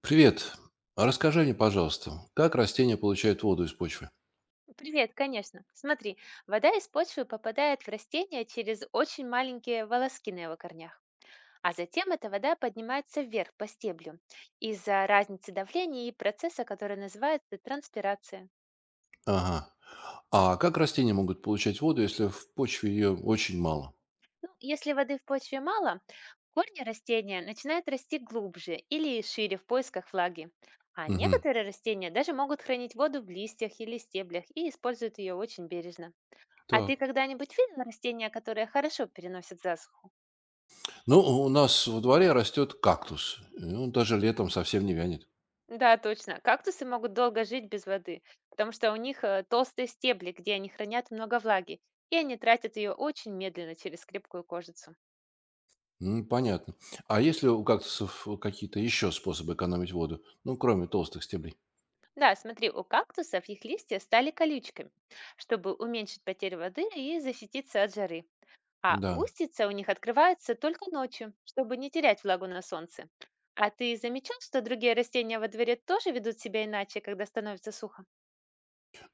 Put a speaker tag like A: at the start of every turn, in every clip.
A: Привет. Расскажи мне, пожалуйста, как растения получают воду из почвы?
B: Привет, конечно. Смотри, вода из почвы попадает в растение через очень маленькие волоски на его корнях, а затем эта вода поднимается вверх по стеблю из-за разницы давления и процесса, который называется транспирация.
A: Ага. А как растения могут получать воду, если в почве ее очень мало?
B: Ну, если воды в почве мало, корни растения начинают расти глубже или шире в поисках влаги. А
A: Угу.
B: некоторые растения даже могут хранить воду в листьях или стеблях и используют ее очень бережно. А ты
A: Так.
B: когда-нибудь видел растения, которые хорошо переносят засуху?
A: Ну, у нас во дворе растет кактус, он даже летом совсем не вянет.
B: Да, точно. Кактусы могут долго жить без воды, потому что у них толстые стебли, где они хранят много влаги, и они тратят ее очень медленно через крепкую кожицу.
A: М, понятно. А есть ли у кактусов какие-то еще способы экономить воду? Ну, кроме толстых стеблей.
B: Да, смотри, у кактусов их листья стали колючками, чтобы уменьшить потерю воды и защититься от жары. А
A: Да.
B: устица у них открывается только ночью, чтобы не терять влагу на солнце. А ты замечал, что другие растения во дворе тоже ведут себя иначе, когда становится сухо?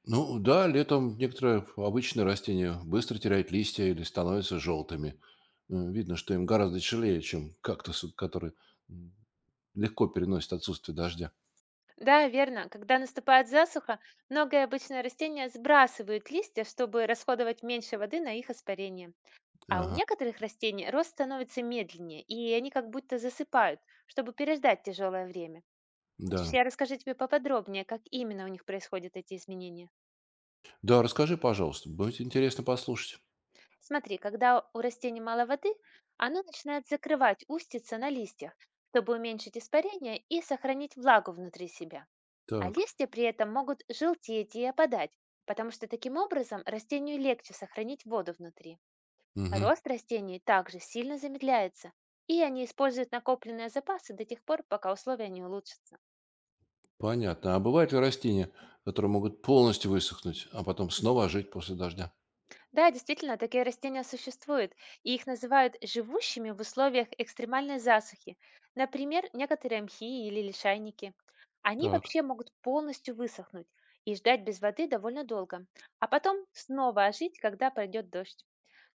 A: Ну да, летом некоторые обычные растения быстро теряют листья или становятся желтыми. Видно, что им гораздо тяжелее, чем кактусы, которые м, легко переносят отсутствие дождя.
B: Да, верно. Когда наступает засуха, многое обычное растения сбрасывают листья, чтобы расходовать меньше воды на их испарение. А у
A: Ага,
B: некоторых растений рост становится медленнее, и они как будто засыпают, чтобы переждать тяжелое время. Хочешь,
A: да.
B: я расскажу тебе поподробнее, как именно у них происходят эти изменения?
A: Да, расскажи, пожалуйста, будет интересно послушать.
B: Смотри, когда у растений мало воды, оно начинает закрывать устица на листьях, чтобы уменьшить испарение и сохранить влагу внутри себя. А
A: Так,
B: листья при этом могут желтеть и опадать, потому что таким образом растению легче сохранить воду внутри.
A: мгм,
B: Рост растений также сильно замедляется, и они используют накопленные запасы до тех пор, пока условия не улучшатся.
A: понятно. А бывают ли растения, которые могут полностью высохнуть, а потом снова ожить после дождя?
B: Да, действительно, такие растения существуют, и их называют живущими в условиях экстремальной засухи, например, некоторые мхи или лишайники. Они
A: Так,
B: вообще могут полностью высохнуть и ждать без воды довольно долго, а потом снова ожить, когда пройдет дождь.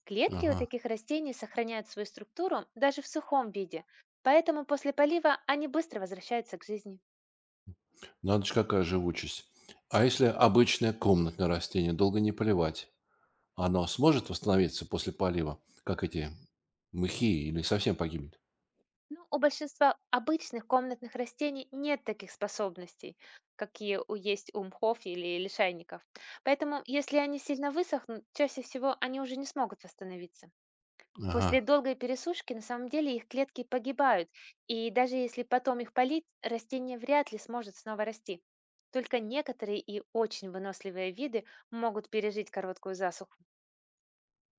B: Клетки у
A: ага.
B: таких растений сохраняют свою структуру даже в сухом виде, поэтому после полива они быстро возвращаются к жизни.
A: Надо же, какая живучесть. А если обычное комнатное растение долго не поливать? Оно сможет восстановиться после полива, как эти мыхи, или совсем погибнет?
B: Но у большинства обычных комнатных растений нет таких способностей, какие у есть у мхов или лишайников. Поэтому, если они сильно высохнут, чаще всего они уже не смогут восстановиться.
A: Ага,
B: После долгой пересушки на самом деле их клетки погибают, и даже если потом их полить, растение вряд ли сможет снова расти. Только некоторые и очень выносливые виды могут пережить короткую засуху.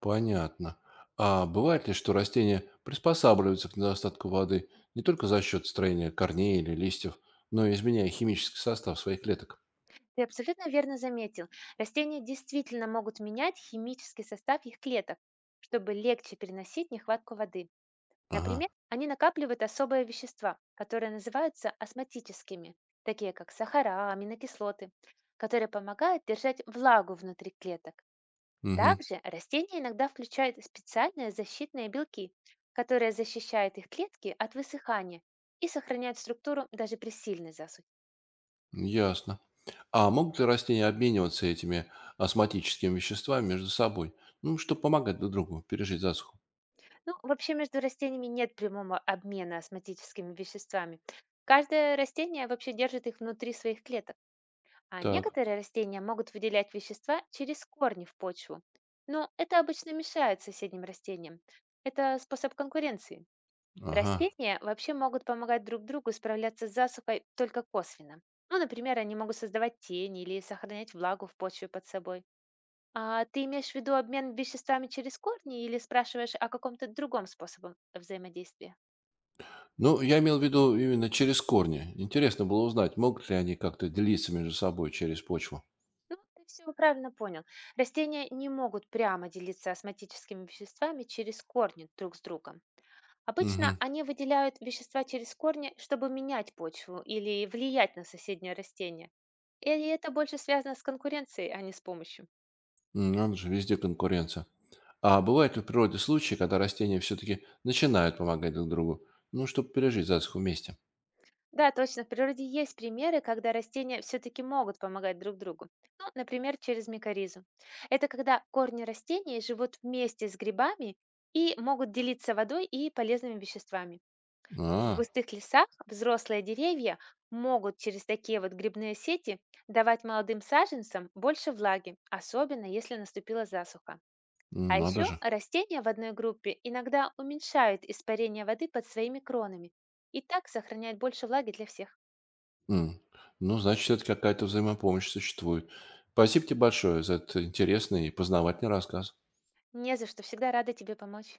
A: понятно. А бывает ли, что растения приспосабливаются к недостатку воды не только за счет строения корней или листьев, но и изменяя химический состав своих клеток?
B: Ты абсолютно верно заметил. Растения действительно могут менять химический состав их клеток, чтобы легче переносить нехватку воды.
A: Ага,
B: Например, они накапливают особые вещества, которые называются осматическими, такие как сахара, аминокислоты, которые помогают держать влагу внутри клеток.
A: мгм,
B: Также растения иногда включают специальные защитные белки, которые защищают их клетки от высыхания и сохраняют структуру даже при сильной засухе.
A: ясно. А могут ли растения обмениваться этими осмотическими веществами между собой, ну, чтобы помогать друг другу пережить засуху?
B: Ну, вообще между растениями нет прямого обмена осмотическими веществами. Каждое растение вообще держит их внутри своих клеток, а
A: Так,
B: некоторые растения могут выделять вещества через корни в почву. Но это обычно мешает соседним растениям. Это способ конкуренции.
A: ага.
B: Растения вообще могут помогать друг другу справляться с засухой только косвенно. Ну, например, они могут создавать тени или сохранять влагу в почве под собой. А ты имеешь в виду обмен веществами через корни или спрашиваешь о каком-то другом способе взаимодействия?
A: Ну, я имел в виду именно через корни. Интересно было узнать, могут ли они как-то делиться между собой через почву.
B: Ну, ты все правильно понял. Растения не могут прямо делиться осматическими веществами через корни друг с другом. Обычно
A: Угу.
B: они выделяют вещества через корни, чтобы менять почву или влиять на соседнее растение. И это больше связано с конкуренцией, а не с помощью.
A: Надо же, везде конкуренция. А бывают ли в природе случаи, когда растения все-таки начинают помогать друг другу, ну, чтобы пережить засуху вместе?
B: Да, точно, в природе есть примеры, когда растения все-таки могут помогать друг другу. Ну, например, через микоризу. Это когда корни растений живут вместе с грибами и могут делиться водой и полезными веществами. В
A: А,
B: густых лесах взрослые деревья могут через такие вот грибные сети давать молодым саженцам больше влаги, особенно если наступила засуха.
A: м,
B: А
A: надо
B: еще
A: же.
B: растения в одной группе иногда уменьшают испарение воды под своими кронами и так сохраняют больше влаги для всех.
A: М. Ну, значит, все-таки какая-то взаимопомощь существует. Спасибо тебе большое за этот интересный и познавательный рассказ.
B: Не за что, всегда рада тебе помочь.